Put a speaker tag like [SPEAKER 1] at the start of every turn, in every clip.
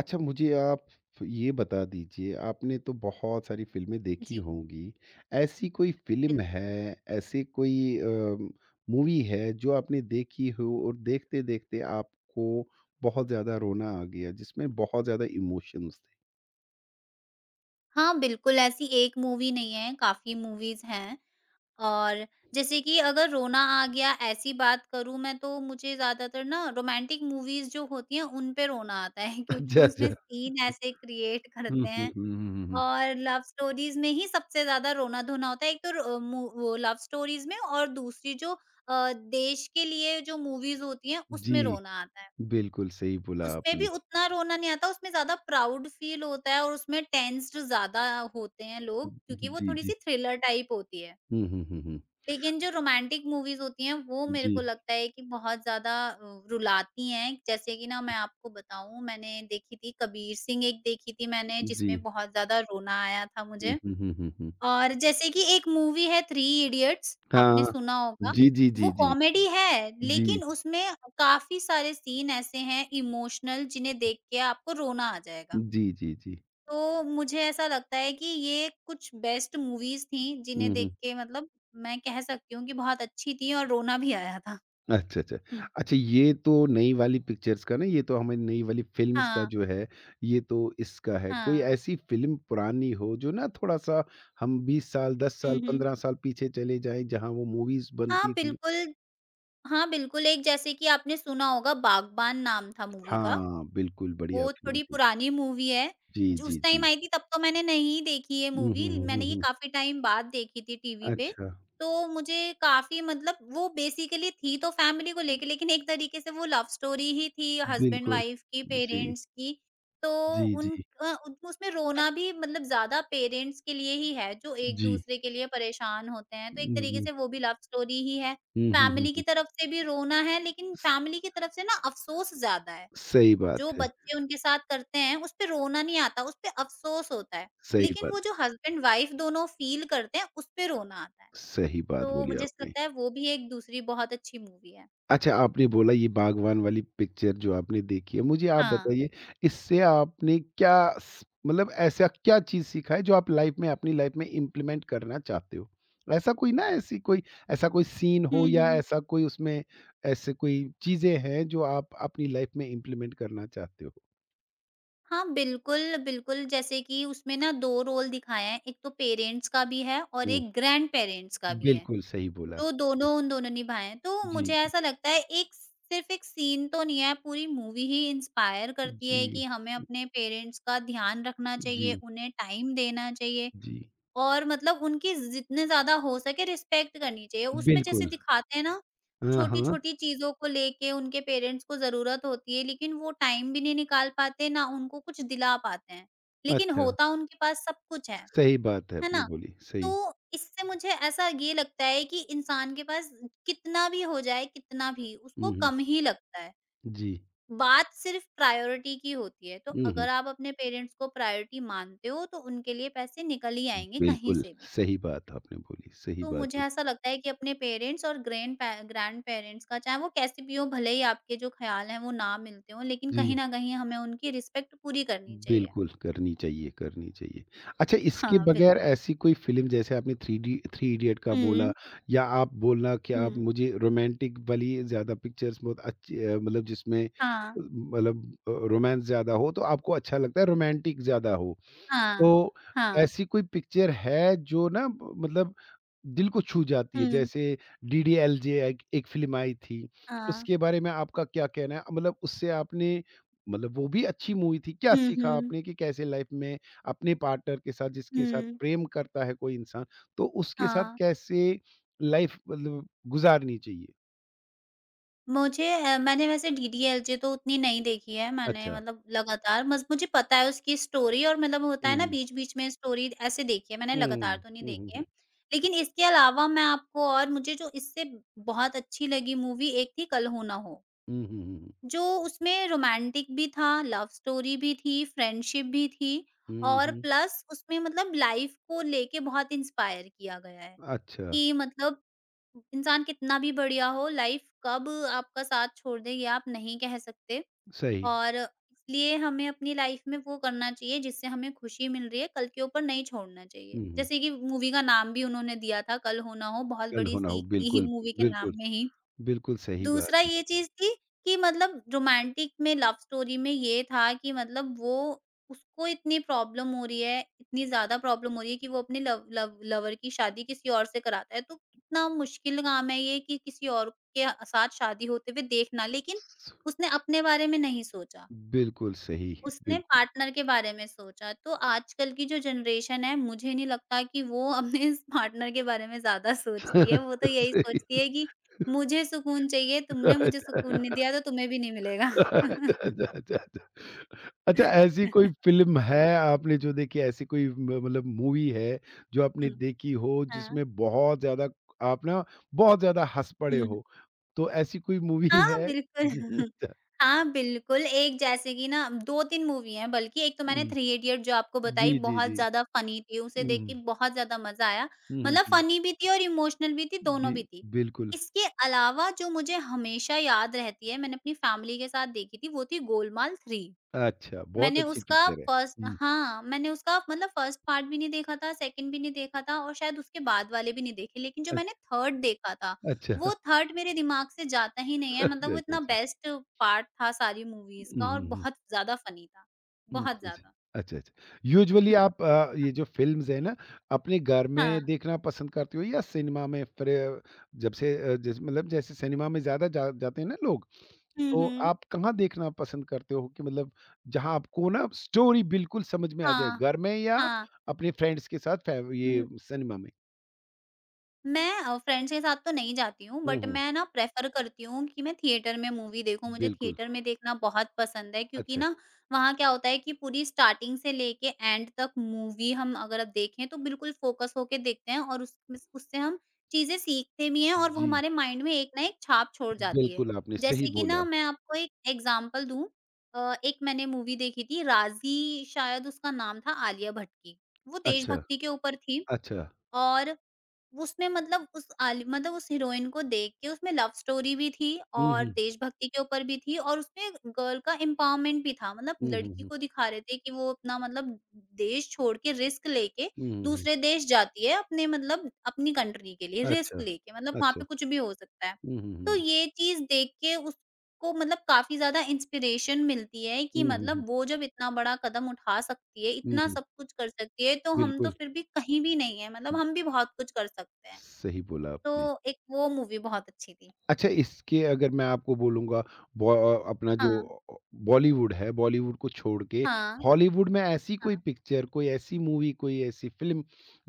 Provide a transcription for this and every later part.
[SPEAKER 1] अच्छा मुझे आप ये बता दीजिए आपने तो बहुत सारी फ़िल्में देखी
[SPEAKER 2] जी,
[SPEAKER 1] होंगी। ऐसी कोई फ़िल्म
[SPEAKER 2] बिल्कुल।
[SPEAKER 1] है, ऐसी कोई मूवी है जो आपने देखी हो और देखते-देखते आपको बहुत ज़्यादा रोना आ गया जिसमें बहुत ज़्यादा इमोशंस थे?
[SPEAKER 2] हाँ, बिल्कुल ऐसी एक मूवी नहीं है, काफ़ी मूवीज़ हैं और जैसे कि अगर रोना आ गया ऐसी बात करूँ मैं तो मुझे ज़्यादातर ना रोमांटिक मूवीज़ जो होती हैं उन पे रोना आता है क्योंकि
[SPEAKER 1] अच्छा,
[SPEAKER 2] उसमें
[SPEAKER 1] अच्छा।
[SPEAKER 2] सीन ऐसे क्रिएट
[SPEAKER 1] हुँ,
[SPEAKER 2] करते
[SPEAKER 1] हुँ,
[SPEAKER 2] हैं
[SPEAKER 1] हुँ, हुँ, हुँ।
[SPEAKER 2] और लव स्टोरीज़ में ही सबसे ज़्यादा रोना-धोना होता है। एक तो र मू वो लव स्टोरीज़ में और दूसरी जो देश के लिए जो मूवीज़ होती हैं
[SPEAKER 1] जी,
[SPEAKER 2] उसमें रोना आता है।
[SPEAKER 1] बिल्कुल सही बोला
[SPEAKER 2] उसमें भी
[SPEAKER 1] आपने।
[SPEAKER 2] उतना रोना नहीं आता, उसमें ज़्यादा प्राउड फ़ील होता है और उसमें टेंस्ड ज़्यादा होते हैं लोग क्योंकि वो
[SPEAKER 1] जी, जी।
[SPEAKER 2] थोड़ी-सी थ्रिलर टाइप होती है।
[SPEAKER 1] हुँ, हुँ, हुँ, हुँ।
[SPEAKER 2] लेकिन जो रोमांटिक मूवीज़ होती हैं, वो मेरे
[SPEAKER 1] जी,
[SPEAKER 2] को लगता है कि बहुत ज़्यादा रुलाती हैं। जैसे कि ना मैं आपको बताऊँ मैंने देखी थी कबीर सिंह एक देखी थी मैंने
[SPEAKER 1] जी।
[SPEAKER 2] जिसमें बहुत ज़्यादा रोना आया था
[SPEAKER 1] हुँ,
[SPEAKER 2] मुझे।
[SPEAKER 1] हुँ, हुँ, हुँ, हुँ।
[SPEAKER 2] और जैसे कि एक मूवी है थ्री इडियट्स आपने
[SPEAKER 1] हाँ।
[SPEAKER 2] सुना होगा,
[SPEAKER 1] जी, जी,
[SPEAKER 2] वो
[SPEAKER 1] जी, जी।
[SPEAKER 2] कॉमेडी है
[SPEAKER 1] जी।
[SPEAKER 2] लेकिन उसमें काफ़ी सारे सीन ऐसे हैं इमोशनल जिन्हें देख के आपको रोना आ जाएगा।
[SPEAKER 1] जी, जी, जी।
[SPEAKER 2] तो मुझे ऐसा लगता है कि ये कुछ बेस्ट मूवीज़ थी जिन्हें
[SPEAKER 1] हुँ,
[SPEAKER 2] देख
[SPEAKER 1] हुँ।
[SPEAKER 2] के मतलब मैं कह सकती हूँ कि बहुत अच्छी थी और रोना भी आया था।
[SPEAKER 1] अच्छा, अच्छा।
[SPEAKER 2] हुँ।
[SPEAKER 1] अच्छा ये तो नई वाली पिक्चर्स का ना, ये तो हमें नई वाली फ़िल्म्स का
[SPEAKER 2] हाँ,
[SPEAKER 1] जो है, ये तो इसका है। कोई
[SPEAKER 2] हाँ।
[SPEAKER 1] ऐसी फ़िल्म पुरानी हो जो ना थोड़ा-सा हम 20 साल, 10 साल,
[SPEAKER 2] हुँ, हुँ।
[SPEAKER 1] 15 साल पीछे चले जाएँ, जहाँ वो मूवीज़
[SPEAKER 2] हाँ,
[SPEAKER 1] बनती थी।
[SPEAKER 2] बिल्कुल हाँ, बिल्कुल एक जैसे कि आपने सुना होगा बागबान नाम था मूवी का।
[SPEAKER 1] हाँ, बिल्कुल बढ़िया
[SPEAKER 2] वो
[SPEAKER 1] फ़िल्म
[SPEAKER 2] थोड़ी
[SPEAKER 1] थी।
[SPEAKER 2] पुरानी मूवी है,
[SPEAKER 1] जी,
[SPEAKER 2] जो
[SPEAKER 1] जी,
[SPEAKER 2] उस टाइम
[SPEAKER 1] जी।
[SPEAKER 2] आई थी तब तो मैंने नहीं देखी ये
[SPEAKER 1] हुँ,
[SPEAKER 2] मूवी,
[SPEAKER 1] हुँ, हुँ,
[SPEAKER 2] मैंने ये
[SPEAKER 1] हुँ।
[SPEAKER 2] काफ़ी टाइम बाद देखी थी टीवी पे।
[SPEAKER 1] अच्छा,
[SPEAKER 2] तो मुझे काफ़ी मतलब वो बेसिकली थी तो फैमिली को लेके, लेकिन एक तरीके से वो लव स्टोरी ही थी
[SPEAKER 1] बिल्कुल।
[SPEAKER 2] हस्बैंड-वाइफ की,
[SPEAKER 1] जी,
[SPEAKER 2] पेरेंट्स की। तो
[SPEAKER 1] जी,
[SPEAKER 2] उन
[SPEAKER 1] जी,
[SPEAKER 2] उसमें रोना भी मतलब ज़्यादा पेरेंट्स के लिए ही है, जो
[SPEAKER 1] जी,
[SPEAKER 2] एक-दूसरे के लिए परेशान होते हैं, तो एक तरीके
[SPEAKER 1] जी।
[SPEAKER 2] से वो भी लव स्टोरी ही है।
[SPEAKER 1] हुँ, हुँ, हुँ,
[SPEAKER 2] फैमिली
[SPEAKER 1] हुँ।
[SPEAKER 2] की तरफ से भी रोना है, लेकिन
[SPEAKER 1] स
[SPEAKER 2] फैमिली की तरफ से ना अफ़सोस ज़्यादा है।
[SPEAKER 1] सही बात
[SPEAKER 2] जो
[SPEAKER 1] है,
[SPEAKER 2] बच्चे उनके साथ करते हैं, उसपे रोना नहीं आता, उसपे अफ़सोस होता है।
[SPEAKER 1] सही
[SPEAKER 2] लेकिन
[SPEAKER 1] बात
[SPEAKER 2] वो जो
[SPEAKER 1] है।
[SPEAKER 2] हस्बैंड वाइफ दोनों फ़ील करते हैं, उसपे रोना आता है।
[SPEAKER 1] सही बात
[SPEAKER 2] तो
[SPEAKER 1] बोली
[SPEAKER 2] मुझे ऐसा
[SPEAKER 1] आपने।
[SPEAKER 2] लगता है वो भी एक दूसरी बहुत अच्छी मूवी है।
[SPEAKER 1] अच्छा, आपने बोला ये बागवान वाली पिक्चर जो आपने देखी है, मुझे आप
[SPEAKER 2] हाँ।
[SPEAKER 1] बताइए इससे आपने क्या स मतलब ऐसा क्या चीज़ सीखा है जो आप लाइफ़ में अपनी लाइफ़ में इम्प्लीमेंट करना चाहते हो? ऐसा कोई ना ऐसी कोई ऐसा कोई सीन
[SPEAKER 2] हुँ,
[SPEAKER 1] हो या
[SPEAKER 2] हुँ।
[SPEAKER 1] ऐसा कोई उसमें ऐसे कोई चीज़ें हैं जो आप अपनी लाइफ़ में इम्प्लीमेंट करना चाहते हो?
[SPEAKER 2] हाँ, बिल्कुल, बिल्कुल जैसे कि उसमें ना 2 रोल दिखाए हैं, एक तो पेरेंट्स का भी है और
[SPEAKER 1] हुँ,
[SPEAKER 2] एक ग्रैंड पेरेंट्स का भी है।
[SPEAKER 1] बिल्कुल सही बोला।
[SPEAKER 2] जो दोनों उन दोनों निभाए हैं। तो मुझे
[SPEAKER 1] जी,
[SPEAKER 2] ऐसा लगता है एक सिर्फ एक सीन तो नहीं है, पूरी मूवी ही इंस्पायर करती है
[SPEAKER 1] जी,
[SPEAKER 2] कि हमें अपने पेरेंट्स का ध्यान रखना चाहिए,
[SPEAKER 1] जी,
[SPEAKER 2] उन्हें टाइम देना चाहिए
[SPEAKER 1] जी,
[SPEAKER 2] और मतलब उनकी जितने ज़्यादा हो सके रिस्पेक्ट करनी चाहिए। उसमें जैसे
[SPEAKER 1] बिल्कुल।
[SPEAKER 2] दिखाते हैं ना,
[SPEAKER 1] हाँ, हाँ।
[SPEAKER 2] छोटी-छोटी चीज़ों को लेके उनके पेरेंट्स को ज़रूरत होती है, लेकिन वो टाइम भी नहीं निकाल पाते, ना उनको कुछ दिला पाते हैं। लेकिन
[SPEAKER 1] अच्छा,
[SPEAKER 2] होता उनके पास सब कुछ
[SPEAKER 1] सही बात है
[SPEAKER 2] है
[SPEAKER 1] आपने
[SPEAKER 2] ना?
[SPEAKER 1] बोली, सही।
[SPEAKER 2] तो इससे मुझे ऐसा ये लगता है कि इंसान के पास कितना भी हो जाए, कितना भी, उसको
[SPEAKER 1] हुँ, हुँ।
[SPEAKER 2] कम ही लगता है।
[SPEAKER 1] जी।
[SPEAKER 2] बात सिर्फ प्रायोरिटी की होती है। तो
[SPEAKER 1] हुँ, हुँ।
[SPEAKER 2] अगर आप अपने पेरेंट्स को प्रायोरिटी मानते हो, तो उनके लिए पैसे निकल ही आएँगे कहीं
[SPEAKER 1] बिल्कुल,
[SPEAKER 2] से भी।
[SPEAKER 1] सही बात आपने बोली, सही
[SPEAKER 2] तो
[SPEAKER 1] बात
[SPEAKER 2] मुझे
[SPEAKER 1] बोली।
[SPEAKER 2] ऐसा लगता है कि अपने पेरेंट्स और ग्रैंड-पेरेंट्स का चाहे वो कैसे भी हो, भले ही आपके जो ख़्याल हैं वो ना मिलते हों, लेकिन कहीं
[SPEAKER 1] जी,
[SPEAKER 2] न कहीं हमें उनकी रिस्पेक्ट पूरी करनी चाहिए।
[SPEAKER 1] बिल्कुल करनी चाहिए, करनी चाहिए। अच्छा इसके
[SPEAKER 2] हाँ,
[SPEAKER 1] बगैर
[SPEAKER 2] बिल्कुल।
[SPEAKER 1] ऐसी कोई फ़िल्म जैसे आपने थ्री डी थ्री इडियट का बोला
[SPEAKER 2] हुँ,
[SPEAKER 1] या आप बोलना कि आप
[SPEAKER 2] हुँ।
[SPEAKER 1] मुझे रोमांटिक वाली ज़्यादा पिक्चर्स बहुत अच्छी मतलब जिसमें
[SPEAKER 2] हाँ,
[SPEAKER 1] मतलब मतलब रोमांस ज़्यादा हो तो आपको अच्छा लगता है रोमांटिक ज़्यादा हो।
[SPEAKER 2] हाँ,
[SPEAKER 1] तो
[SPEAKER 2] हाँ,
[SPEAKER 1] ऐसी कोई पिक्चर है जो ना ब मतलब दिल को छू जाती है?
[SPEAKER 2] हुँ।
[SPEAKER 1] जैसे डीडीएलजे एक एक फ़िल्म आई थी,
[SPEAKER 2] हाँ।
[SPEAKER 1] उसके बारे में आपका क्या कहना है? मतलब उससे आपने मतलब वो भी अच्छी मूवी थी, क्या
[SPEAKER 2] हुँ,
[SPEAKER 1] सीखा
[SPEAKER 2] हुँ।
[SPEAKER 1] आपने कि कैसे लाइफ़ में अपने पार्टनर के साथ जिसके साथ
[SPEAKER 2] हुँ,
[SPEAKER 1] प्रेम करता है कोई इंसान, तो उसके साथ
[SPEAKER 2] हाँ।
[SPEAKER 1] कैसे लाइफ़ मतलब गुज़ारनी चाहिए?
[SPEAKER 2] मुझे मैंने वैसे डीडीएलजे तो उतनी नहीं देखी है मैंने
[SPEAKER 1] अच्छा।
[SPEAKER 2] मतलब लगातार बस मुझे पता है उसकी स्टोरी और मतलब होता है ना
[SPEAKER 1] हुँ,
[SPEAKER 2] बीच-बीच में स्टोरी ऐसे देखी है मैंने लगातार
[SPEAKER 1] हुँ,
[SPEAKER 2] तो नहीं
[SPEAKER 1] हुँ, हुँ,
[SPEAKER 2] देखी
[SPEAKER 1] हुँ,
[SPEAKER 2] है। लेकिन इसके अलावा मैं आपको और मुझे जो इससे बहुत अच्छी लगी मूवी एक थी कल हो ना हो।
[SPEAKER 1] हुँ, हुँ, हुँ, हुँ,
[SPEAKER 2] जो उसमें रोमांटिक भी था, लव स्टोरी भी थी, फ्रेंडशिप भी थी
[SPEAKER 1] हुँ,
[SPEAKER 2] और
[SPEAKER 1] हुँ,
[SPEAKER 2] प्लस उसमें मतलब लाइफ़ को लेके बहुत इंस्पायर किया गया है,
[SPEAKER 1] अच्छा,
[SPEAKER 2] कि मतलब इंसान कितना भी बढ़िया हो, लाइफ कब आपका साथ छोड़ देगी आप नहीं कह सकते
[SPEAKER 1] सही।
[SPEAKER 2] और इसलिए हमें अपनी लाइफ में वो करना चाहिए जिससे हमें खुशी मिल रही है, कल के ऊपर नहीं छोड़ना चाहिए।
[SPEAKER 1] हुँ, हुँ।
[SPEAKER 2] जैसे कि मूवी का नाम भी उन्होंने दिया था, कल हो ना हो, बहुत
[SPEAKER 1] कल हो
[SPEAKER 2] बड़ी
[SPEAKER 1] ना हो,
[SPEAKER 2] सीख थी
[SPEAKER 1] बिल्कुल,
[SPEAKER 2] मूवी के नाम
[SPEAKER 1] बिल्कुल,
[SPEAKER 2] में ही।
[SPEAKER 1] बिल्कुल सही
[SPEAKER 2] दूसरा
[SPEAKER 1] बात।
[SPEAKER 2] ये चीज़ थी कि मतलब रोमांटिक में लव स्टोरी में ये था कि मतलब वो उसको इतनी प्रॉब्लम हो रही है, इतनी ज़्यादा प्रॉब्लम हो रही है कि वो अपने लव लव लवर की शादी किसी और से कराता है। तो कितना मुश्किल काम है ये कि किसी और के साथ शादी होते हुए देखना, लेकिन उसने अपने बारे में नहीं सोचा।
[SPEAKER 1] बिल्कुल सही,
[SPEAKER 2] उसने
[SPEAKER 1] बिल्कुल
[SPEAKER 2] पार्टनर के बारे में सोचा, तो आजकल की जो जनरेशन है मुझे नहीं लगता कि वो अपने इस पार्टनर के बारे में ज़्यादा सोचती है, वो तो यही
[SPEAKER 1] सही
[SPEAKER 2] सोचती है कि मुझे सुकून चाहिए, तुमने मुझे
[SPEAKER 1] बात।
[SPEAKER 2] सुकून नहीं दिया तो तुम्हें भी नहीं मिलेगा।
[SPEAKER 1] अच्छा, अच्छा, अच्छा, अच्छा। अच्छा ऐसी कोई फ़िल्म है आपने जो देखी है, ऐसी कोई म मतलब मूवी है जो आपने
[SPEAKER 2] हुँ,
[SPEAKER 1] देखी हो
[SPEAKER 2] हाँ।
[SPEAKER 1] जिसमें बहुत ज़्यादा आप ना बहुत ज़्यादा हँस पड़े
[SPEAKER 2] हुँ,
[SPEAKER 1] हो? तो ऐसी कोई मूवी
[SPEAKER 2] हाँ,
[SPEAKER 1] है?
[SPEAKER 2] बिल्कुल।
[SPEAKER 1] अच्छा,
[SPEAKER 2] हाँ, बिल्कुल, एक जैसे कि ना 2-3 मूवी हैं बल्कि एक तो मैंने
[SPEAKER 1] हुँ।
[SPEAKER 2] थ्री इडियट जो आपको बताई
[SPEAKER 1] जी, जी,
[SPEAKER 2] बहुत
[SPEAKER 1] जी।
[SPEAKER 2] ज़्यादा फ़नी थी, उसे
[SPEAKER 1] हुँ,
[SPEAKER 2] देख के
[SPEAKER 1] हुँ।
[SPEAKER 2] बहुत ज़्यादा मज़ा आया।
[SPEAKER 1] हुँ, हुँ,
[SPEAKER 2] मतलब
[SPEAKER 1] हुँ।
[SPEAKER 2] फ़नी भी थी और इमोशनल भी थी, दोनों
[SPEAKER 1] जी,
[SPEAKER 2] भी थी।
[SPEAKER 1] बिल्कुल।
[SPEAKER 2] इसके अलावा जो मुझे हमेशा याद रहती है, मैंने अपनी फैमिली के साथ देखी थी, वो थी गोलमाल 3।
[SPEAKER 1] अच्छा, बहुत अच्छी पिक्चर है। हुँ।
[SPEAKER 2] मैंने उसका मतलब फर्स्ट पार्ट भी नहीं देखा था, सेकंड भी नहीं देखा था और शायद उसके बाद वाले भी नहीं देखे, लेकिन जो मैंने थर्ड देखा था,
[SPEAKER 1] अच्छा।
[SPEAKER 2] वो थर्ड मेरे दिमाग से जाता ही नहीं है, मतलब
[SPEAKER 1] अच्छा,
[SPEAKER 2] वो
[SPEAKER 1] अच्छा,
[SPEAKER 2] इतना
[SPEAKER 1] अच्छा।
[SPEAKER 2] बेस्ट पार्ट था सारी मूवीज़
[SPEAKER 1] हुँ,
[SPEAKER 2] का और
[SPEAKER 1] हुँ, हुँ।
[SPEAKER 2] बहुत ज़्यादा फनी था,
[SPEAKER 1] अच्छा,
[SPEAKER 2] बहुत
[SPEAKER 1] अच्छा।
[SPEAKER 2] ज़्यादा।
[SPEAKER 1] अच्छा, अच्छा। यूजुअली
[SPEAKER 2] हुँ,
[SPEAKER 1] आप ये जो फ़िल्म्स हैं ना, अपने घर
[SPEAKER 2] हाँ।
[SPEAKER 1] में देखना पसंद करते हो या सिनेमा में फिर जब से जैसे मतलब जैसे सिनेमा में ज़्यादा जा जाते हैं ना लोग,
[SPEAKER 2] हुँ,
[SPEAKER 1] तो
[SPEAKER 2] हुँ।
[SPEAKER 1] आप कहाँ देखना पसंद करते हो कि मतलब जहाँ आपको ना स्टोरी बिल्कुल समझ में आ जाए,
[SPEAKER 2] हाँ,
[SPEAKER 1] घर में या
[SPEAKER 2] हाँ।
[SPEAKER 1] अपने फ्रेंड्स के साथ फै ये
[SPEAKER 2] हुँ।
[SPEAKER 1] सिनेमा में?
[SPEAKER 2] मैं फ्रेंड्स के साथ तो नहीं जाती हूँ,
[SPEAKER 1] हुँ,
[SPEAKER 2] बट
[SPEAKER 1] हुँ।
[SPEAKER 2] मैं ना प्रेफ़र करती हूँ कि मैं थिएटर में मूवी देखूँ, मुझे
[SPEAKER 1] बिल्कुल,
[SPEAKER 2] थिएटर में देखना बहुत पसंद है क्योंकि
[SPEAKER 1] अच्छा।
[SPEAKER 2] ना वहाँ क्या होता है कि पूरी स्टार्टिंग से लेके एंड तक मूवी हम अगर अब देखें तो बिल्कुल फ़ोकस होके देखते हैं और उसमें उससे हम चीज़ें सीखते भी हैं और वो
[SPEAKER 1] जी,
[SPEAKER 2] हमारे माइंड में एक ना एक छाप छोड़ जाती है।
[SPEAKER 1] बिल्कुल आपने सही
[SPEAKER 2] जैसे कि ना
[SPEAKER 1] बोला।
[SPEAKER 2] मैं आपको एक एग्ज़ाम्पल दूँ एक मैंने मूवी देखी थी राज़ी शायद उसका नाम था आलिया भट्ट की, वो
[SPEAKER 1] अच्छा,
[SPEAKER 2] देशभक्ति के ऊपर थी
[SPEAKER 1] अच्छा।
[SPEAKER 2] और उसने मतलब उस आलि मतलब उस हीरोइन को देख के उसमें लव स्टोरी भी थी
[SPEAKER 1] हुँ,
[SPEAKER 2] और
[SPEAKER 1] हुँ।
[SPEAKER 2] देशभक्ति के ऊपर भी थी और उसमें गर्ल का एम्पावरमेंट भी था। मतलब
[SPEAKER 1] हुँ, हुँ,
[SPEAKER 2] लड़की
[SPEAKER 1] हुँ।
[SPEAKER 2] को दिखा रहे थे कि वो अपना मतलब देश छोड़ के रिस्क लेके
[SPEAKER 1] हुँ, हुँ, हुँ।
[SPEAKER 2] दूसरे देश जाती है अपने मतलब अपनी कंट्री के लिए
[SPEAKER 1] अच्छा,
[SPEAKER 2] रिस्क लेके मतलब वहाँ
[SPEAKER 1] अच्छा, अच्छा।
[SPEAKER 2] पे कुछ भी हो सकता है।
[SPEAKER 1] हुँ, हुँ,
[SPEAKER 2] तो
[SPEAKER 1] हुँ।
[SPEAKER 2] ये चीज़ देख के उस को मतलब काफ़ी ज़्यादा इंस्पिरेशन मिलती है कि
[SPEAKER 1] हुँ, हुँ, हुँ।
[SPEAKER 2] मतलब वो जब इतना बड़ा कदम उठा सकती है,
[SPEAKER 1] हुँ,
[SPEAKER 2] इतना
[SPEAKER 1] हुँ।
[SPEAKER 2] सब कुछ कर सकती है, तो हम तो
[SPEAKER 1] बिल्कुल,
[SPEAKER 2] फिर भी कहीं भी नहीं हैं, मतलब हम भी बहुत कुछ कर सकते हैं।
[SPEAKER 1] सही बोला आपने।
[SPEAKER 2] तो एक वो मूवी बहुत अच्छी थी।
[SPEAKER 1] अच्छा, इसके अगर मैं आपको बोलूँगा अपना जो
[SPEAKER 2] हाँ,
[SPEAKER 1] अ, बॉलीवुड है, बॉलीवुड को छोड़ के
[SPEAKER 2] हाँ,
[SPEAKER 1] हॉलीवुड में ऐसी
[SPEAKER 2] हाँ,
[SPEAKER 1] कोई पिक्चर, कोई ऐसी मूवी, कोई ऐसी फ़िल्म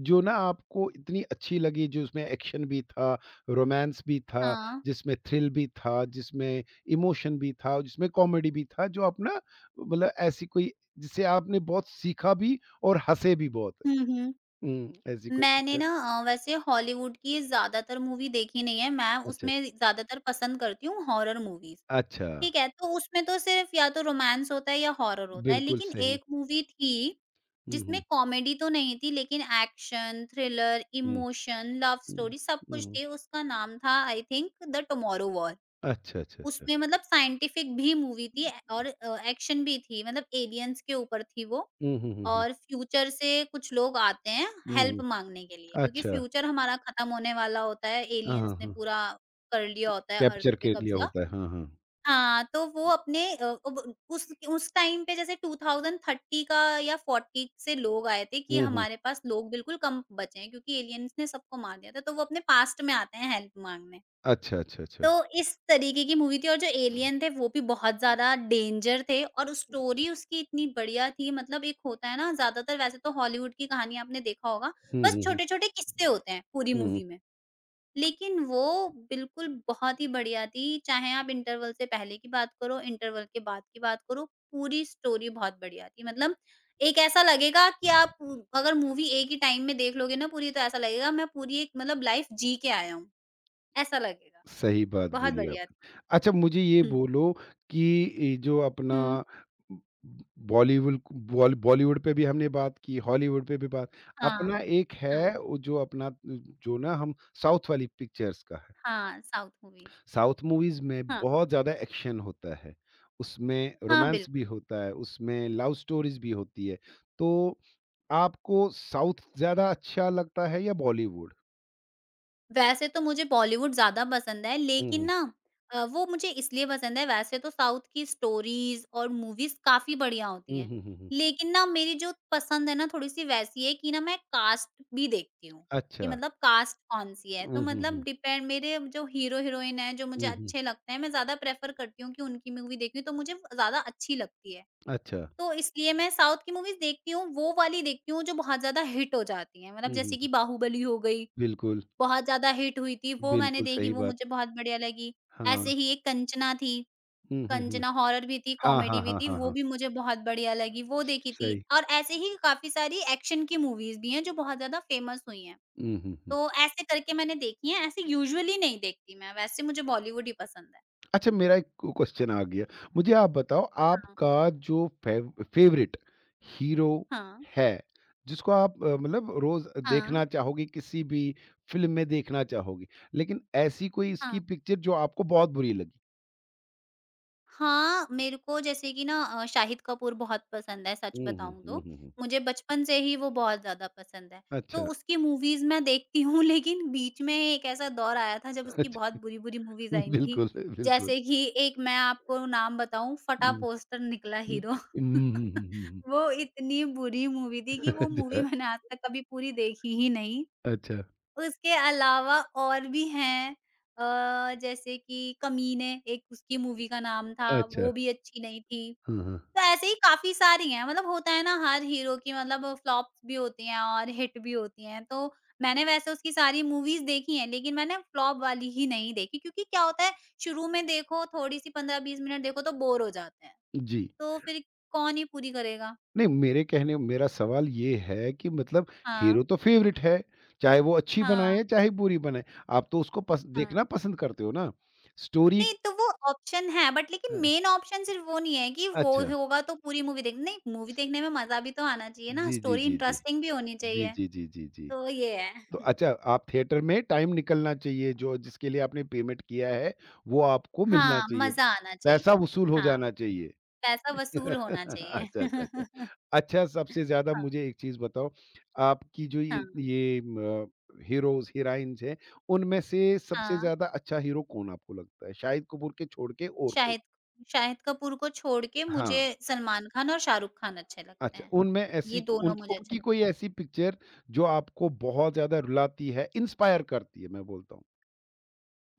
[SPEAKER 1] जो ना आपको इतनी अच्छी लगी, जो उसमें एक्शन भी था, रोमांस भी था,
[SPEAKER 2] हाँ।
[SPEAKER 1] जिसमें थ्रिल भी था, जिसमें इमोशन भी था, जिसमें कॉमेडी भी था, जो आप ना मतलब ऐसी कोई जिससे आपने बहुत सीखा भी और हँसे भी बहुत?
[SPEAKER 2] हुँ, हुँ।
[SPEAKER 1] हुँ, ऐसी कोई
[SPEAKER 2] मैंने
[SPEAKER 1] पिक्चर?
[SPEAKER 2] ना वैसे हॉलीवुड की ज़्यादातर मूवी देखी नहीं है, मैं
[SPEAKER 1] अच्छा,
[SPEAKER 2] उसमें ज़्यादातर पसंद करती हूँ हॉरर मूवीज़।
[SPEAKER 1] अच्छा,
[SPEAKER 2] ठीक है, तो उसमें तो सिर्फ या तो रोमांस होता है या हॉरर होता है,
[SPEAKER 1] बिल्कुल
[SPEAKER 2] लेकिन
[SPEAKER 1] सही।
[SPEAKER 2] एक मूवी थी,
[SPEAKER 1] हुँ,
[SPEAKER 2] जिसमें
[SPEAKER 1] हुँ,
[SPEAKER 2] कॉमेडी तो नहीं थी लेकिन एक्शन, थ्रिलर,
[SPEAKER 1] हुँ।
[SPEAKER 2] इमोशन, लव
[SPEAKER 1] हुँ,
[SPEAKER 2] स्टोरी सब कुछ
[SPEAKER 1] हुँ।
[SPEAKER 2] थी, उसका नाम था I think the tomorrow war.
[SPEAKER 1] अच्छा, अच्छा, अच्छा।
[SPEAKER 2] उसमें मतलब साइंटिफिक भी मूवी थी और एक्शन भी थी मतलब एलियंस के ऊपर थी वो
[SPEAKER 1] हुँ, हुँ, हुँ, हुँ।
[SPEAKER 2] और फ्यूचर से कुछ लोग आते हैं
[SPEAKER 1] हुँ, हुँ।
[SPEAKER 2] हेल्प माँगने के लिए, क्योंकि
[SPEAKER 1] अच्छा।
[SPEAKER 2] फ्यूचर हमारा खत्म होने वाला होता है,
[SPEAKER 1] हाँ,
[SPEAKER 2] एलियंस
[SPEAKER 1] हाँ,
[SPEAKER 2] ने
[SPEAKER 1] हाँ।
[SPEAKER 2] पूरा कर लिया होता है अर्थ
[SPEAKER 1] कैप्चर
[SPEAKER 2] पे
[SPEAKER 1] कर लिया
[SPEAKER 2] कब्जा।
[SPEAKER 1] होता है, हाँ, हाँ।
[SPEAKER 2] हाँ, तो वो अपने अब उस टाइम पे जैसे 2030 का या 40 से लोग आए थे कि
[SPEAKER 1] हुँ, हुँ।
[SPEAKER 2] हमारे पास लोग बिल्कुल कम बचे हैं क्योंकि एलियंस ने सबको मार दिया था, तो वो अपने पास्ट में आते हैं हेल्प माँगने।
[SPEAKER 1] अच्छा, अच्छा,
[SPEAKER 2] तो
[SPEAKER 1] अच्छा।
[SPEAKER 2] इस तरीके की मूवी थी और जो एलियन थे वो भी बहुत ज़्यादा डेंजर थे और स्टोरी उसकी इतनी बढ़िया थी मतलब एक होता है ना ज़्यादातर वैसे तो हॉलीवुड की कहानी आपने देखा होगा,
[SPEAKER 1] हुँ,
[SPEAKER 2] बस
[SPEAKER 1] हुँ, हुँ।
[SPEAKER 2] छोटे-छोटे किस्से होते हैं पूरी
[SPEAKER 1] हुँ, हुँ।
[SPEAKER 2] मूवी में। लेकिन वो बिल्कुल बहुत ही बढ़िया थी, चाहे आप इंटरवल से पहले की बात करो, इंटरवल के बाद की बात करो, पूरी स्टोरी बहुत बढ़िया थी। मतलब एक ऐसा लगेगा कि आप अगर मूवी एक ही टाइम में देख लोगे ना पूरी तो ऐसा लगेगा मैं पूरी एक मतलब लाइफ़ जी के आया हूँ, ऐसा लगेगा।
[SPEAKER 1] सही बात
[SPEAKER 2] बहुत
[SPEAKER 1] बोली
[SPEAKER 2] बढ़िया थी।
[SPEAKER 1] आपने। अच्छा मुझे ये
[SPEAKER 2] हुँ,
[SPEAKER 1] बोलो कि ये जो अपना
[SPEAKER 2] हुँ,
[SPEAKER 1] बॉलीवुल बॉल बॉलीवुड पे भी हमने बात की, हॉलीवुड पे भी बात
[SPEAKER 2] हाँ,
[SPEAKER 1] अपना एक
[SPEAKER 2] हाँ,
[SPEAKER 1] है वो जो अपना जो ना हम साउथ वाली पिक्चर्स का है।
[SPEAKER 2] हाँ, साउथ मूवीज़।
[SPEAKER 1] साउथ मूवीज़ में
[SPEAKER 2] हाँ,
[SPEAKER 1] बहुत ज़्यादा एक्शन होता है, उसमें
[SPEAKER 2] हाँ,
[SPEAKER 1] रोमांस
[SPEAKER 2] बिल्कुल।
[SPEAKER 1] भी होता है, उसमें लव स्टोरीज़ भी होती है। तो आपको साउथ ज़्यादा अच्छा लगता है या बॉलीवुड?
[SPEAKER 2] वैसे तो मुझे बॉलीवुड ज़्यादा पसंद है,
[SPEAKER 1] हुँ,
[SPEAKER 2] लेकिन
[SPEAKER 1] हुँ।
[SPEAKER 2] ना वो मुझे इसलिए पसंद है वैसे तो साउथ की स्टोरीज़ और मूवीज़ काफ़ी बढ़िया होती
[SPEAKER 1] हुँ,
[SPEAKER 2] हैं।
[SPEAKER 1] हुँ, हुँ, हुँ।
[SPEAKER 2] लेकिन ना मेरी जो पसंद है ना थोड़ी-सी वैसी है कि ना मैं कास्ट भी देखती हूँ, कि
[SPEAKER 1] अच्छा।
[SPEAKER 2] मतलब कास्ट कौन-सी है। तो
[SPEAKER 1] हुँ, हुँ,
[SPEAKER 2] मतलब
[SPEAKER 1] हुँ।
[SPEAKER 2] डिपेंड मेरे जो हीरो-हीरोइन हैं, जो मुझे
[SPEAKER 1] हुँ, हुँ।
[SPEAKER 2] अच्छे लगते हैं, मैं ज़्यादा प्रेफ़र करती हूँ कि उनकी मूवी देखूँ तो मुझे ज़्यादा अच्छी लगती है।
[SPEAKER 1] अच्छा।
[SPEAKER 2] तो इसलिए मैं साउथ की मूवीज़ देखती हूँ, वो वाली देखती हूँ जो बहुत ज़्यादा हिट हो जाती हैं। मतलब
[SPEAKER 1] हुँ, हुँ,
[SPEAKER 2] जैसे
[SPEAKER 1] हुँ।
[SPEAKER 2] कि बाहुबली हो गई
[SPEAKER 1] बिल्कुल,
[SPEAKER 2] बहुत ज़्यादा हिट हुई थी, वो मैंने
[SPEAKER 1] बिल्कुल
[SPEAKER 2] देखी,
[SPEAKER 1] सही
[SPEAKER 2] वो
[SPEAKER 1] बात।
[SPEAKER 2] मुझे बहुत बढ़िया लगी। ऐसे
[SPEAKER 1] हाँ।
[SPEAKER 2] ही एक कंचना थी,
[SPEAKER 1] हुँ, हुँ, हुँ।
[SPEAKER 2] कंचना हॉरर भी थी,
[SPEAKER 1] हाँ, हाँ,
[SPEAKER 2] कॉमेडी भी
[SPEAKER 1] हाँ,
[SPEAKER 2] थी,
[SPEAKER 1] हाँ,
[SPEAKER 2] वो
[SPEAKER 1] हाँ।
[SPEAKER 2] भी मुझे बहुत बढ़िया लगी, वो देखी थी।
[SPEAKER 1] सही।
[SPEAKER 2] और ऐसे ही काफ़ी सारी एक्शन की मूवीज़ भी हैं जो बहुत ज़्यादा फेमस हुई हैं।
[SPEAKER 1] हुँ, हुँ।
[SPEAKER 2] तो ऐसे करके मैंने देखी हैं, ऐसे यूजुअली नहीं देखती मैं, वैसे मुझे बॉलीवुड ही पसंद है।
[SPEAKER 1] अच्छा मेरा एक क्वेश्चन आ गया मुझे आप बताओ
[SPEAKER 2] हाँ,
[SPEAKER 1] आपका जो फेवरेट हीरो
[SPEAKER 2] हाँ,
[SPEAKER 1] है जिसको आप मतलब रोज
[SPEAKER 2] हाँ,
[SPEAKER 1] देखना चाहोगे किसी भी फिल्म में देखना चाहोगे लेकिन ऐसी कोई इसकी
[SPEAKER 2] हाँ।
[SPEAKER 1] पिक्चर जो आपको बहुत बुरी लगी
[SPEAKER 2] हाँ, मेरे को जैसे कि ना शाहिद कपूर बहुत पसंद है सच
[SPEAKER 1] हम्म हम्म
[SPEAKER 2] बताऊँ
[SPEAKER 1] हम्म,
[SPEAKER 2] तो।
[SPEAKER 1] हम्म, हम्म।
[SPEAKER 2] मुझे बचपन से ही वो बहुत ज़्यादा पसंद है। तो
[SPEAKER 1] अच्छा
[SPEAKER 2] उसकी मूवीज़ मैं देखती हूँ लेकिन बीच में एक ऐसा दौर आया था जब उसकी बहुत
[SPEAKER 1] अच्छा
[SPEAKER 2] बुरी-बुरी मूवीज़ आई थी।
[SPEAKER 1] बिल्कुल बिल्कुल
[SPEAKER 2] जैसे कि एक मैं आपको नाम बताऊँ फटा
[SPEAKER 1] हम्म,
[SPEAKER 2] पोस्टर निकला
[SPEAKER 1] हम्म,
[SPEAKER 2] हीरो।
[SPEAKER 1] हम्म, हम्म, हम्म, हम्म,
[SPEAKER 2] वो इतनी बुरी मूवी थी कि वो मूवी
[SPEAKER 1] अच्छा
[SPEAKER 2] मैंने आज तक कभी पूरी देखी ही नहीं।
[SPEAKER 1] अच्छा
[SPEAKER 2] उसके अलावा और भी हैं जैसे कि कमीने एक उसकी मूवी का नाम था,
[SPEAKER 1] अच्छा
[SPEAKER 2] वो भी अच्छी नहीं थी।
[SPEAKER 1] हाँ हाँ
[SPEAKER 2] तो ऐसे ही काफ़ी सारी हैं मतलब होता है ना हर हीरो की मतलब फ्लॉप्स भी होती हैं और हिट भी होती हैं। तो मैंने वैसे उसकी सारी मूवीज़ देखी हैं, लेकिन मैंने फ्लॉप वाली ही नहीं देखी क्योंकि क्या होता है शुरू में देखो थोड़ी-सी 15-20 मिनट देखो तो बोर हो जाते हैं।
[SPEAKER 1] जी
[SPEAKER 2] तो फिर कौन ही पूरी करेगा?
[SPEAKER 1] नहीं, मेरे कहने मेरा सवाल ये है कि मतलब
[SPEAKER 2] हाँ,
[SPEAKER 1] हीरो तो फ़ेवरेट है, चाहे वो अच्छी
[SPEAKER 2] हाँ,
[SPEAKER 1] बनाए, चाहे बुरी बनाए, आप तो उसको पस
[SPEAKER 2] हाँ।
[SPEAKER 1] देखना पसंद करते हो ना। स्टोरी
[SPEAKER 2] नहीं, तो वो ऑप्शन है बट
[SPEAKER 1] अ,
[SPEAKER 2] लेकिन मेन ऑप्शन सिर्फ वो नहीं है कि वो
[SPEAKER 1] अच्छा,
[SPEAKER 2] होगा तो पूरी मूवी देख नहीं, मूवी देखने में मज़ा भी तो आना चाहिए ना,
[SPEAKER 1] जी, जी,
[SPEAKER 2] स्टोरी
[SPEAKER 1] जी, जी।
[SPEAKER 2] इंटरेस्टिंग भी होनी
[SPEAKER 1] जी,
[SPEAKER 2] चाहिए।
[SPEAKER 1] जी, जी, जी, जी।
[SPEAKER 2] तो ये है।
[SPEAKER 1] तो अच्छा, आप थिएटर में टाइम निकलना चाहिए, जो जिसके लिए आपने पेमेंट किया है, वो आपको मिलना
[SPEAKER 2] हाँ,
[SPEAKER 1] चाहिए,
[SPEAKER 2] मज़ा आना
[SPEAKER 1] पैसा
[SPEAKER 2] चाहिए।
[SPEAKER 1] वसूल हो
[SPEAKER 2] हाँ,
[SPEAKER 1] जाना चाहिए।
[SPEAKER 2] पैसा वसूल होना चाहिए।
[SPEAKER 1] अच्छा, अच्छा, अच्छा। अच्छा, सबसे ज़्यादा
[SPEAKER 2] हाँ,
[SPEAKER 1] मुझे एक चीज़ बताओ, आपकी जो
[SPEAKER 2] हाँ,
[SPEAKER 1] ये म हीरोज़, हीरोइन्स हैं, उनमें से सबसे
[SPEAKER 2] हाँ।
[SPEAKER 1] ज़्यादा अच्छा हीरो कौन आपको लगता है? शाहिद कपूर के छोड़ के और कोई?
[SPEAKER 2] शाहिद शाहिद कपूर को छोड़ के
[SPEAKER 1] हाँ,
[SPEAKER 2] मुझे सलमान खान और शाहरुख खान अच्छे लगते
[SPEAKER 1] अच्छा,
[SPEAKER 2] हैं।
[SPEAKER 1] उनमें ऐसी
[SPEAKER 2] ये दोनों
[SPEAKER 1] उनकी
[SPEAKER 2] मुझे अच्छे
[SPEAKER 1] उनकी
[SPEAKER 2] लगते
[SPEAKER 1] कोई
[SPEAKER 2] हैं।
[SPEAKER 1] ऐसी पिक्चर जो आपको बहुत ज़्यादा रुलाती है, इंस्पायर करती है, मैं बोलता हूँ?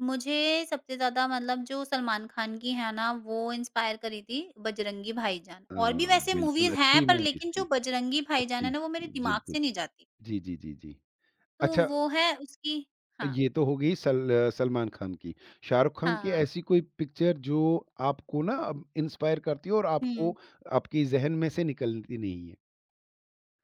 [SPEAKER 2] मुझे सबसे ज़्यादा मतलब जो सलमान खान की है ना, वो इंस्पायर करी थी बजरंगी भाईजान। और भी
[SPEAKER 1] हाँ,
[SPEAKER 2] वैसे
[SPEAKER 1] बिल्कुल
[SPEAKER 2] मूवीज़ हैं
[SPEAKER 1] अच्छी
[SPEAKER 2] पर
[SPEAKER 1] मूवीज़
[SPEAKER 2] लेकिन
[SPEAKER 1] थी।
[SPEAKER 2] जो बजरंगी भाईजान
[SPEAKER 1] अच्छी,
[SPEAKER 2] है ना, वो मेरे दिमाग
[SPEAKER 1] बिल्कुल।
[SPEAKER 2] से नहीं जाती।
[SPEAKER 1] जी, जी, जी, जी।
[SPEAKER 2] तो
[SPEAKER 1] अच्छा
[SPEAKER 2] वो है उसकी हाँ,
[SPEAKER 1] ये तो हो गई सलमान खान की। शाहरुख खान की
[SPEAKER 2] हाँ।
[SPEAKER 1] ऐसी कोई पिक्चर जो आपको ना अब इंस्पायर करती हो और
[SPEAKER 2] हुँ।
[SPEAKER 1] आपको आपके ज़हन में से निकलती नहीं है?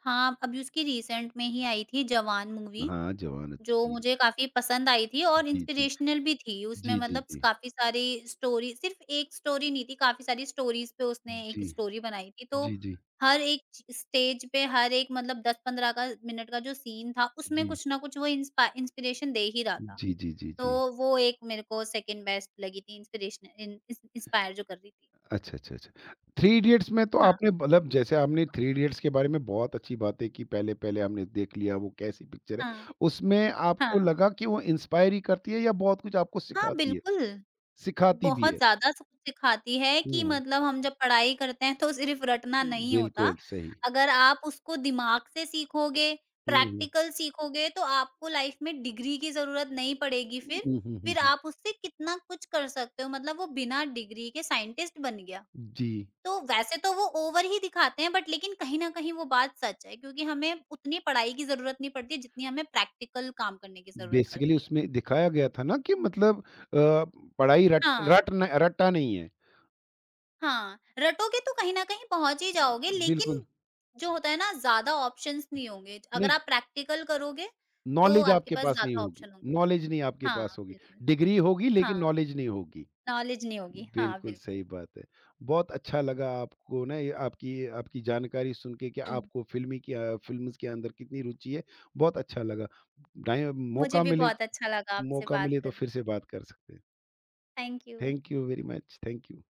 [SPEAKER 2] हाँ, अभी उसकी रिसेंट में ही आई थी जवान मूवी।
[SPEAKER 1] हाँ, जवान
[SPEAKER 2] जो
[SPEAKER 1] अच्छी
[SPEAKER 2] मुझे
[SPEAKER 1] थी।
[SPEAKER 2] काफ़ी पसंद आई थी और
[SPEAKER 1] जी, जी।
[SPEAKER 2] इंस्पिरेशनल भी थी। उसमें
[SPEAKER 1] जी, जी,
[SPEAKER 2] मतलब
[SPEAKER 1] जी।
[SPEAKER 2] काफ़ी सारी स्टोरी सिर्फ़ एक स्टोरी नहीं थी, काफ़ी सारी स्टोरीज़ पे उसने
[SPEAKER 1] जी।
[SPEAKER 2] एक स्टोरी बनाई थी। तो
[SPEAKER 1] जी, जी।
[SPEAKER 2] हर एक स्टेज पे हर एक मतलब 10-15 का मिनट का जो सीन था, उसमें
[SPEAKER 1] जी।
[SPEAKER 2] कुछ ना कुछ वो इंस्पा इंस्पिरेशन दे ही रहा था।
[SPEAKER 1] जी, जी, जी, जी।
[SPEAKER 2] तो वो एक मेरे को सेकंड बेस्ट लगी थी इंस्पिरेशन इन इंस इंस्पायर जो कर रही थी।
[SPEAKER 1] अच्छा, अच्छा, अच्छा। थ्री इडियट्स में तो
[SPEAKER 2] हाँ,
[SPEAKER 1] आपने मतलब जैसे आपने थ्री इडियट्स के बारे में बहुत अच्छी बातें की, पहले-पहले हमने देख लिया वो कैसी पिक्चर
[SPEAKER 2] हाँ,
[SPEAKER 1] है। उसमें आपको
[SPEAKER 2] हाँ।
[SPEAKER 1] लगा कि वो इंस्पायर ही करती है या बहुत कुछ आपको
[SPEAKER 2] हाँ,
[SPEAKER 1] सिखाती है?
[SPEAKER 2] बिल्कुल।
[SPEAKER 1] सिखाती भी
[SPEAKER 2] बहुत
[SPEAKER 1] है?
[SPEAKER 2] ज़्यादा सब कुछ सिखाती है कि
[SPEAKER 1] हुँ।
[SPEAKER 2] मतलब हम जब पढ़ाई करते हैं तो सिर्फ रटना नहीं होता।
[SPEAKER 1] बिल्कुल सही।
[SPEAKER 2] अगर आप उसको दिमाग से सीखोगे,
[SPEAKER 1] हुँ, हुँ।
[SPEAKER 2] प्रैक्टिकल सीखोगे तो आपको लाइफ में डिग्री की ज़रूरत नहीं पड़ेगी फिर।
[SPEAKER 1] हुँ, हुँ, हुँ,
[SPEAKER 2] फिर
[SPEAKER 1] हुँ।
[SPEAKER 2] आप उससे कितना कुछ कर सकते हो मतलब वो बिना डिग्री के साइंटिस्ट बन गया।
[SPEAKER 1] जी।
[SPEAKER 2] तो वैसे तो वो ओवर ही दिखाते हैं बट लेकिन कहीं न कहीं वो बात सच है क्योंकि हमें उतनी पढ़ाई की ज़रूरत नहीं पड़ती जितनी हमें प्रैक्टिकल काम करने की ज़रूरत
[SPEAKER 1] बेसिकली
[SPEAKER 2] पड़ती है।
[SPEAKER 1] उसमें दिखाया गया था ना कि मतलब अ, पढ़ाई रट
[SPEAKER 2] हाँ।
[SPEAKER 1] रट न रट्टा नहीं है।
[SPEAKER 2] हाँ, रटोगे तो कहीं न कहीं पहुँच ही जाओगे
[SPEAKER 1] बिल्कुल,
[SPEAKER 2] लेकिन जो होता है ना ज़्यादा ऑप्शंस नहीं होंगे। अगर
[SPEAKER 1] नहीं
[SPEAKER 2] आप प्रैक्टिकल करोगे तो
[SPEAKER 1] नॉलेज
[SPEAKER 2] आपके
[SPEAKER 1] आपके
[SPEAKER 2] पास
[SPEAKER 1] पास नहीं
[SPEAKER 2] ज़्यादा
[SPEAKER 1] होगी,
[SPEAKER 2] ऑप्शन होंगे।
[SPEAKER 1] नॉलेज नहीं आपके
[SPEAKER 2] हाँ,
[SPEAKER 1] पास होगी।
[SPEAKER 2] बिल्कुल।
[SPEAKER 1] डिग्री होगी
[SPEAKER 2] हाँ,
[SPEAKER 1] लेकिन नॉलेज नहीं होगी।
[SPEAKER 2] नॉलेज नहीं होगी। हाँ,
[SPEAKER 1] बिल्कुल
[SPEAKER 2] बिल्कुल।
[SPEAKER 1] सही बात है। बहुत अच्छा लगा आपको ना ये आपकी आपकी जानकारी सुन के कि
[SPEAKER 2] हुँ।
[SPEAKER 1] आपको फ़िल्म्स के अंदर कितनी रुचि है, बहुत अच्छा लगा। टाइम
[SPEAKER 2] मुझे
[SPEAKER 1] मौका
[SPEAKER 2] भी
[SPEAKER 1] मिले
[SPEAKER 2] बहुत अच्छा लगा आपसे बात
[SPEAKER 1] तो फिर
[SPEAKER 2] करके।
[SPEAKER 1] से बात कर सकते हैं।
[SPEAKER 2] Thank you.
[SPEAKER 1] Thank you very much. Thank you.